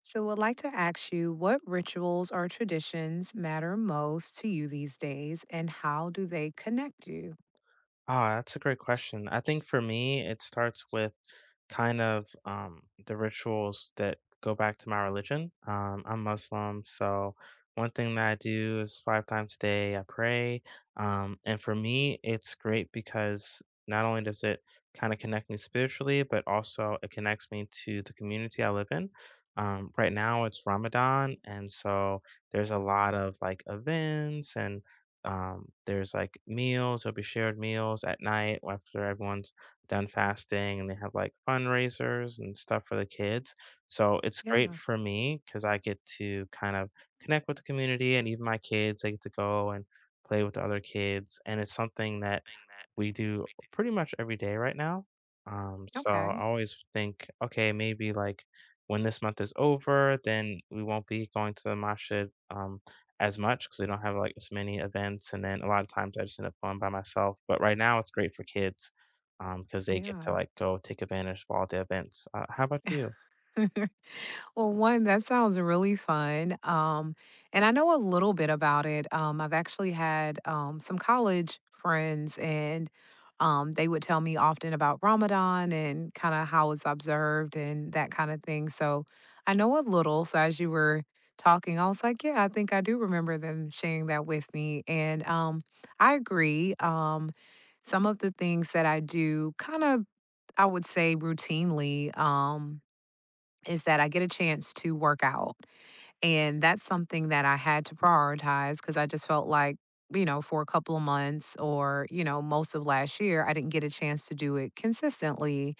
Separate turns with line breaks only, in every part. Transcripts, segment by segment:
So, I'd like to ask you what rituals or traditions matter most to you these days, and how do they connect you?
Ah, that's a great question. I think for me, it starts with the rituals that go back to my religion. I'm Muslim, so one thing that I do is 5 times a day I pray. And for me, it's great because not only does it kind of connect me spiritually, but also it connects me to the community I live in. Right now, it's Ramadan, and so there's a lot of like events and there's like meals, there'll be shared meals at night after everyone's done fasting, and they have like fundraisers and stuff for the kids. So it's great
Yeah.
for me because I get to kind of connect with the community and even my kids, they get to go and play with the other kids. And it's something that we do pretty much every day right now. So I
Okay.
always think, okay, maybe like when this month is over, then we won't be going to the masjid as much because they don't have like as many events. And then a lot of times I just end up going by myself. But right now it's great for kids because they get to
Yeah.
like go take advantage of all the events. How about you?
Well, one, that sounds really fun. And I know a little bit about it. I've actually had some college friends, and they would tell me often about Ramadan and kind of how it's observed and that kind of thing. So I know a little. So as you were talking, I was like, yeah, I think I do remember them sharing that with me. And I agree. Some of the things that I do kind of, I would say, routinely. Is that I get a chance to work out. And that's something that I had to prioritize because I just felt like, you know, for a couple of months or, you know, most of last year, I didn't get a chance to do it consistently.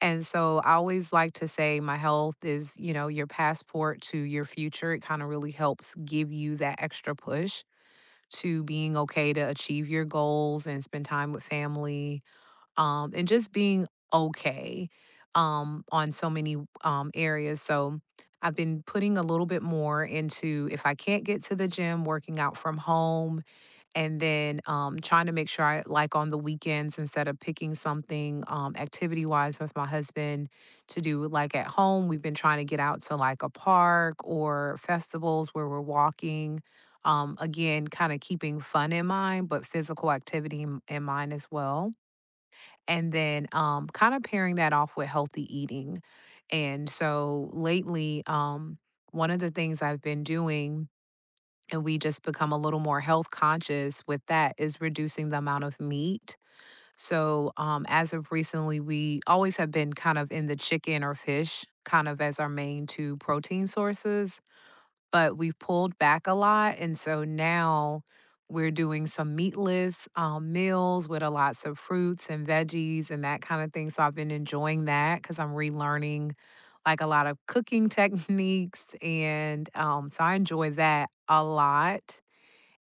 And so I always like to say my health is, you know, your passport to your future. It kind of really helps give you that extra push to being okay to achieve your goals and spend time with family and just being okay on so many areas. So I've been putting a little bit more into if I can't get to the gym, working out from home, and then trying to make sure I like on the weekends instead of picking something activity wise with my husband to do like at home. We've been trying to get out to like a park or festivals where we're walking. Again, kind of keeping fun in mind, but physical activity in mind as well and then kind of pairing that off with healthy eating. And so lately, one of the things I've been doing, and we just become a little more health conscious with that, is reducing the amount of meat. So as of recently, we always have been kind of in the chicken or fish kind of as our main two protein sources, but we pulled back a lot, and so now we're doing some meatless, meals with a lots of fruits and veggies and that kinda thing, so I've been enjoying that because 'cause I'm relearning, like, a lot of cooking techniques, and, so I enjoy that a lot,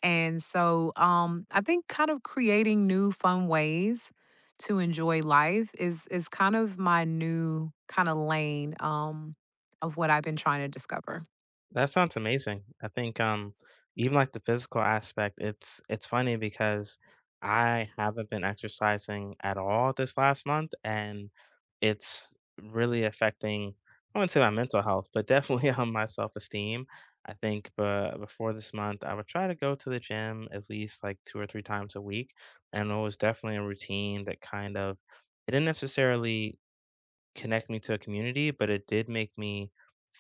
and so, I think kind of creating new fun ways to enjoy life is kind of my new kinda lane, of what I've been trying to discover.
That sounds amazing. I think even like the physical aspect, it's funny because I haven't been exercising at all this last month and it's really affecting, I wouldn't say my mental health, but definitely on my self-esteem. I think, but before this month, I would try to go to the gym at least like 2 or 3 times a week. And it was definitely a routine that kind of it didn't necessarily connect me to a community, but it did make me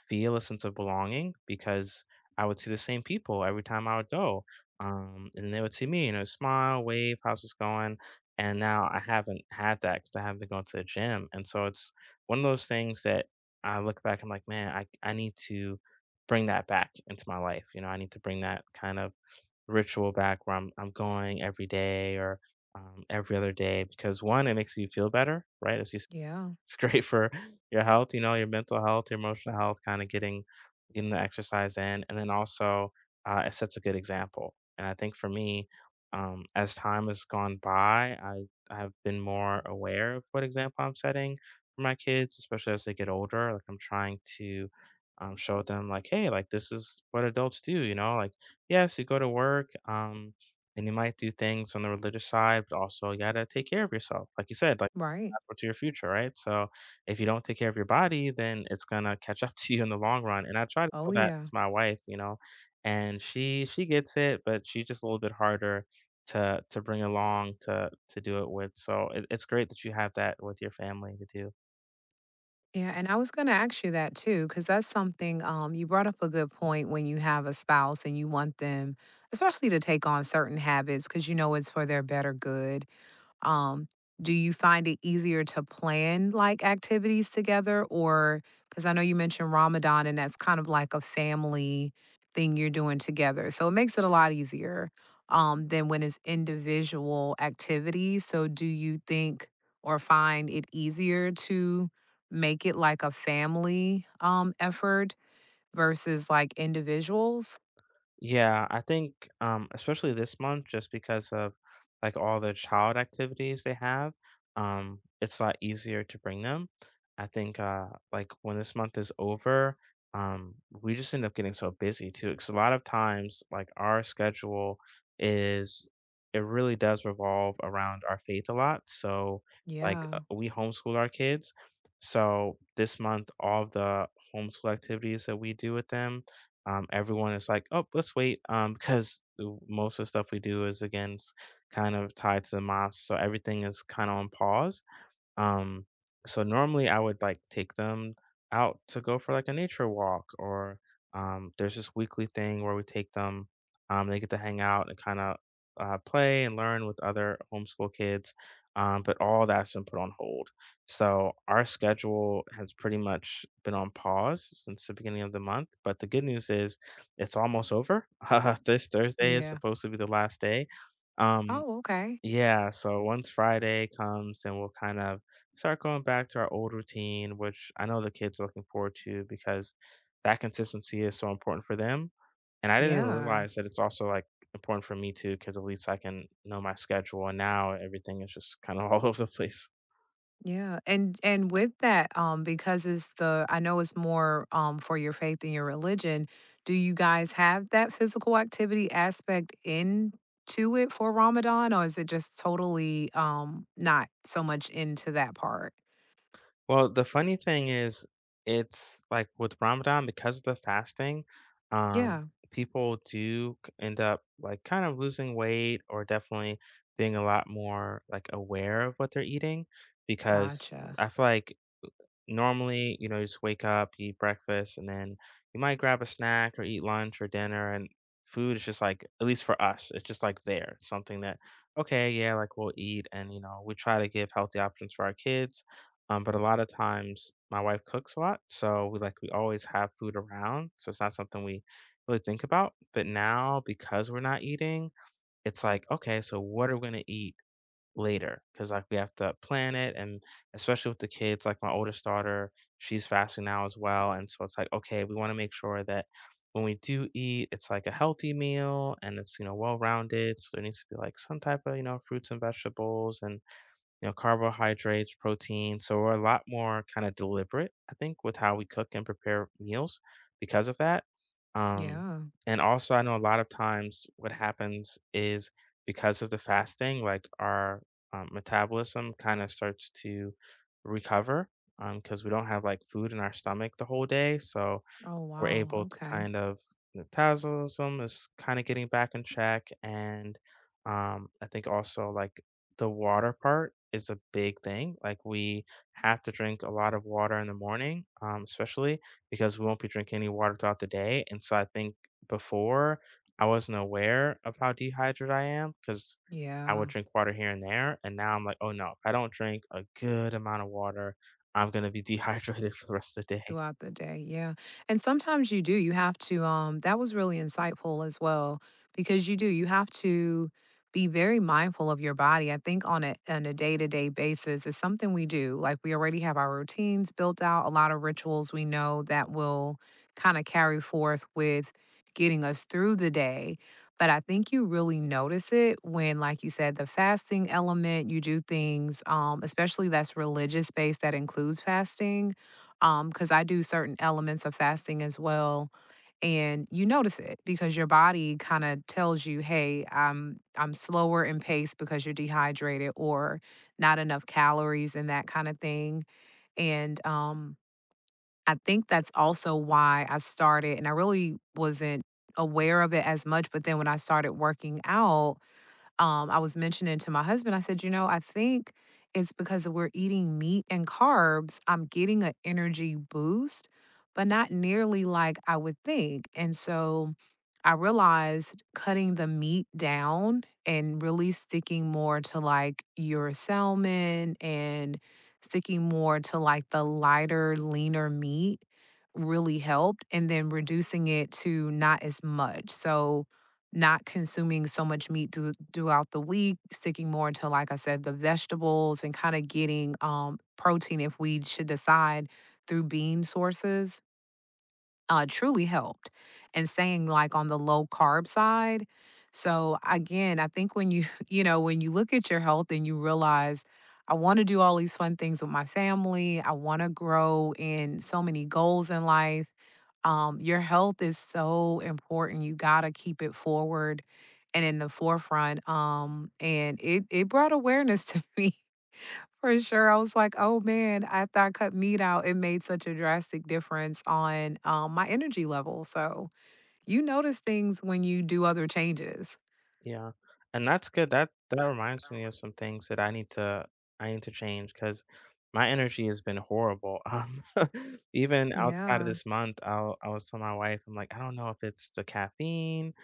feel a sense of belonging because I would see the same people every time I would go. And they would see me, you know, smile, wave, how's it's going? And now I haven't had that because I haven't been going to the gym. And so it's one of those things that I look back, I'm like, man, I need to bring that back into my life. You know, I need to bring that kind of ritual back where I'm going every day or every other day because one, it makes you feel better, right? As you,
Yeah.
it's great for your health, you know, your mental health, your emotional health, kind of getting the exercise in, and then also it sets a good example. And I think for me, as time has gone by, I've been more aware of what example I'm setting for my kids, especially as they get older. Like I'm trying to show them, like, hey, like this is what adults do, you know, like yes, you go to work. And you might do things on the religious side, but also you gotta take care of yourself. Like you said, like
Right.
passport to your future, right? So if you don't take care of your body, then it's gonna catch up to you in the long run. And I try to
Oh,
tell that
yeah.
to my wife, you know, and she gets it, but she's just a little bit harder to bring along to do it with. So it's great that you have that with your family to do.
Yeah, and I was gonna ask you that too, because that's something, you brought up a good point when you have a spouse and you want them, especially to take on certain habits, because you know it's for their better good. Um, do you find it easier to plan like activities together? Or because I know you mentioned Ramadan and that's kind of like a family thing you're doing together. So it makes it a lot easier than when it's individual activities. So do you think or find it easier to make it like a family effort versus like individuals?
Yeah, I think, especially this month, just because of like all the child activities they have, it's a lot easier to bring them. I think, like when this month is over, um, we just end up getting so busy too. Because a lot of times, like our schedule is, it really does revolve around our faith a lot. So, like,
Yeah.
we homeschool our kids. So this month, all the homeschool activities that we do with them, everyone is like, "Oh, let's wait," because most of the stuff we do is against kind of tied to the mosque, so everything is kind of on pause. Um, so normally I would like take them out to go for like a nature walk or there's this weekly thing where we take them, they get to hang out and kind of play and learn with other homeschool kids. But all that's been put on hold. So our schedule has pretty much been on pause since the beginning of the month. But the good news is it's almost over. This Thursday is
Yeah.
supposed to be the last day. Um,
Oh, okay.
yeah, so once Friday comes, then we'll kind of start going back to our old routine, which I know the kids are looking forward to because that consistency is so important for them. And I didn't even
Yeah.
realize that it's also like important for me too, because at least I can know my schedule. And now everything is just kind of all over the place.
Yeah, and with that, because it's the I know it's more for your faith and your religion. Do you guys have that physical activity aspect into it for Ramadan, or is it just totally not so much into that part?
Well, the funny thing is, it's like with Ramadan, because of the fasting, um,
Yeah,
people do end up like kind of losing weight or definitely being a lot more like aware of what they're eating because
gotcha.
I feel like normally, you know, you just wake up, you eat breakfast, and then you might grab a snack or eat lunch or dinner. And food is just like, at least for us, it's just like there, something that, okay, yeah, like we'll eat. And, you know, we try to give healthy options for our kids. But a lot of times my wife cooks a lot. So we like, we always have food around. So it's not something we really think about. But now because we're not eating, it's like, okay, so what are we going to eat later? Because like we have to plan it, and especially with the kids, like my oldest daughter, she's fasting now as well, and so it's like, okay, we want to make sure that when we do eat, it's like a healthy meal, and it's, you know, well rounded, so there needs to be like some type of, you know, fruits and vegetables and, you know, carbohydrates, protein. So we're a lot more kind of deliberate, I think, with how we cook and prepare meals because of that. Um,
Yeah.
and also, I know a lot of times what happens is because of the fasting, like our metabolism kind of starts to recover because we don't have like food in our stomach the whole day. So
Oh
we're
wow.
able to
Okay.
kind of, metabolism is kind of getting back in check, and I think also like the water part is a big thing. Like we have to drink a lot of water in the morning, especially because we won't be drinking any water throughout the day. And so I think before I wasn't aware of how dehydrated I am because I
Yeah.
would drink water here and there, and now I'm like, oh no, if I don't drink a good amount of water, I'm gonna be dehydrated for the rest of the day.
Throughout the day, yeah, and sometimes you do, you have to, that was really insightful as well, because you do, you have to be very mindful of your body. I think on a day-to-day basis, is something we do, like, we already have our routines built out, a lot of rituals we know that will kinda carry forth with getting us through the day, but I think you really notice it when, like you said, the fasting element, you do things, especially that's religious based that includes fasting, because I do certain elements of fasting as well, and you notice it because your body kind of tells you, hey, I'm slower in pace because you're dehydrated or not enough calories and that kind of thing. And I think that's also why I started, and I really wasn't aware of it as much, but then when I started working out, I was mentioning to my husband, I said, you know, I think it's because we're eating meat and carbs, I'm getting an energy boost, but not nearly like I would think. And so I realized cutting the meat down and really sticking more to like your salmon and sticking more to like the lighter, leaner meat really helped. And then reducing it to not as much. So, not consuming so much meat throughout the week, sticking more to, like I said, the vegetables and kind of getting protein if we should decide through bean sources truly helped and staying like on the low carb side. So again, I think when you, you know, when you look at your health and you realize I want to do all these fun things with my family, I want to grow in so many goals in life. Your health is so important. You got to keep it forward and in the forefront. And it brought awareness to me for sure. I was like, oh man, after I cut meat out, it made such a drastic difference on my energy level. So you notice things when you do other changes.
Yeah, and that's good. That that reminds me of some things that I need to, I need to change because my energy has been horrible. Even outside of
Yeah.
this month, I will, I was telling my wife, I'm like, I don't know if it's the caffeine,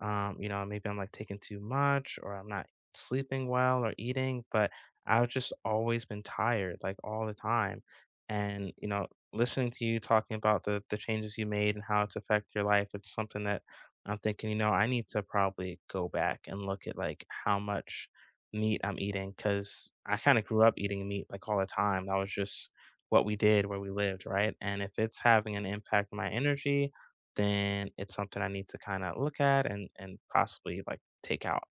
you know, maybe I'm like taking too much or I'm not sleeping well or eating, but I've just always been tired, like all the time. And you know, listening to you talking about the changes you made and how it's affected your life, it's something that I'm thinking, you know, I need to probably go back and look at like how much meat I'm eating because I kind of grew up eating meat like all the time. That was just what we did where we lived, right? And if it's having an impact on my energy, then it's something I need to kind of look at and possibly like take out.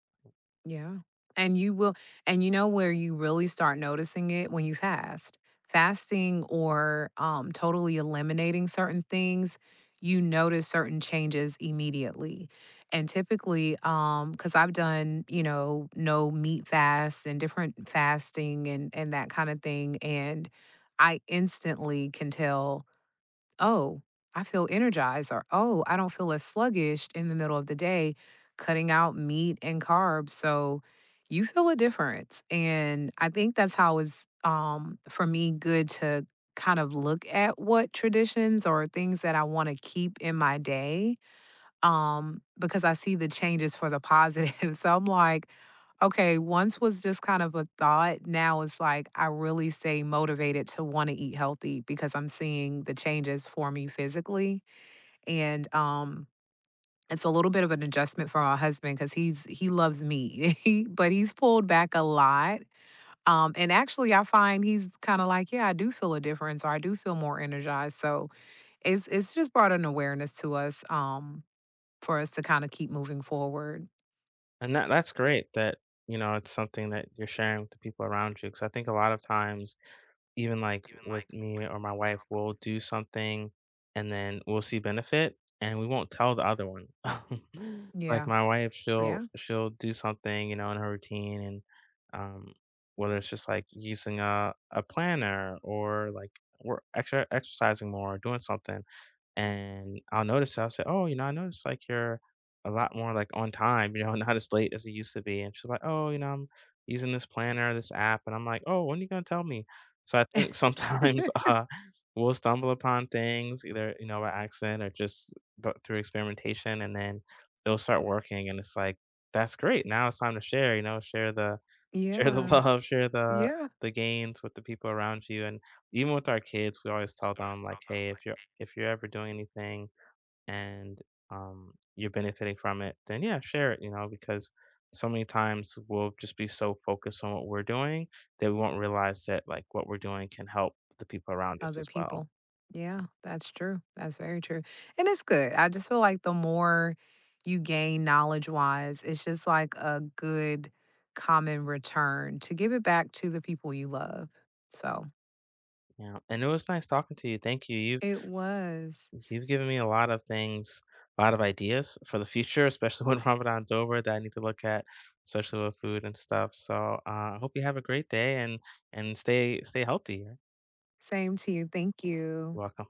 Yeah. And you will and you know where you really start noticing it when you fast. Fasting or totally eliminating certain things, you notice certain changes immediately. And typically cuz I've done, you know, no meat fast and different fasting and that kind of thing, and I instantly can tell, oh, I feel energized, or oh, I don't feel as sluggish in the middle of the day, cutting out meat and carbs. So you feel a difference. And I think that's how it's for me good to kind of look at what traditions or things that I want to keep in my day because I see the changes for the positive. So I'm like, okay, once was just kind of a thought. Now it's like I really stay motivated to want to eat healthy because I'm seeing the changes for me physically. And it's a little bit of an adjustment for my husband because he loves meat, he- but he's pulled back a lot. And actually, I find he's kind of like, yeah, I do feel a difference, or I do feel more energized. So it's just brought an awareness to us, for us to kind of keep moving forward.
And that that's great that you know it's something that you're sharing with the people around you because I think a lot of times even like with me or my wife, we'll do something and then we'll see benefit and we won't tell the other one. Like
Yeah,
my wife, she'll
yeah,
she'll do something, you know, in her routine and um whether it's just like using a planner, or like we're extra exercising more, doing something, and I'll notice, I'll say, "Oh, you know, I noticed like you're a lot more like on time, you know, not as late as it used to be." And she's like, "Oh, you know, I'm using this planner, this app." And I'm like, "Oh, when are you gonna tell me?" So I think sometimes we'll stumble upon things either, you know, by accident or just, but through experimentation, and then it'll start working. And it's like, that's great. Now it's time to share, you know, share the, share the
yeah,
love, share
yeah.
the gains with the people around you, and even with our kids, we always tell them like, "Hey, if you're, if you're ever doing anything and you're benefiting from it, then yeah, share it." You know, because so many times we'll just be so focused on what we're doing that we won't realize that like what we're doing can help the people around us
Other
as well.
people. Yeah,
Yeah.
that's true. That's very true, and it's good. I just feel like the more you gain knowledge-wise, it's just like a good common return to give it back to the people you love. So,
Yeah, and it was nice talking to you. Thank you. You've
it was.
you've given me a lot of things, a lot of ideas for the future, especially when Ramadan's over that I need to look at, especially with food and stuff. So I hope you have a great day and stay healthy. You're
Same to you. Thank you.
welcome.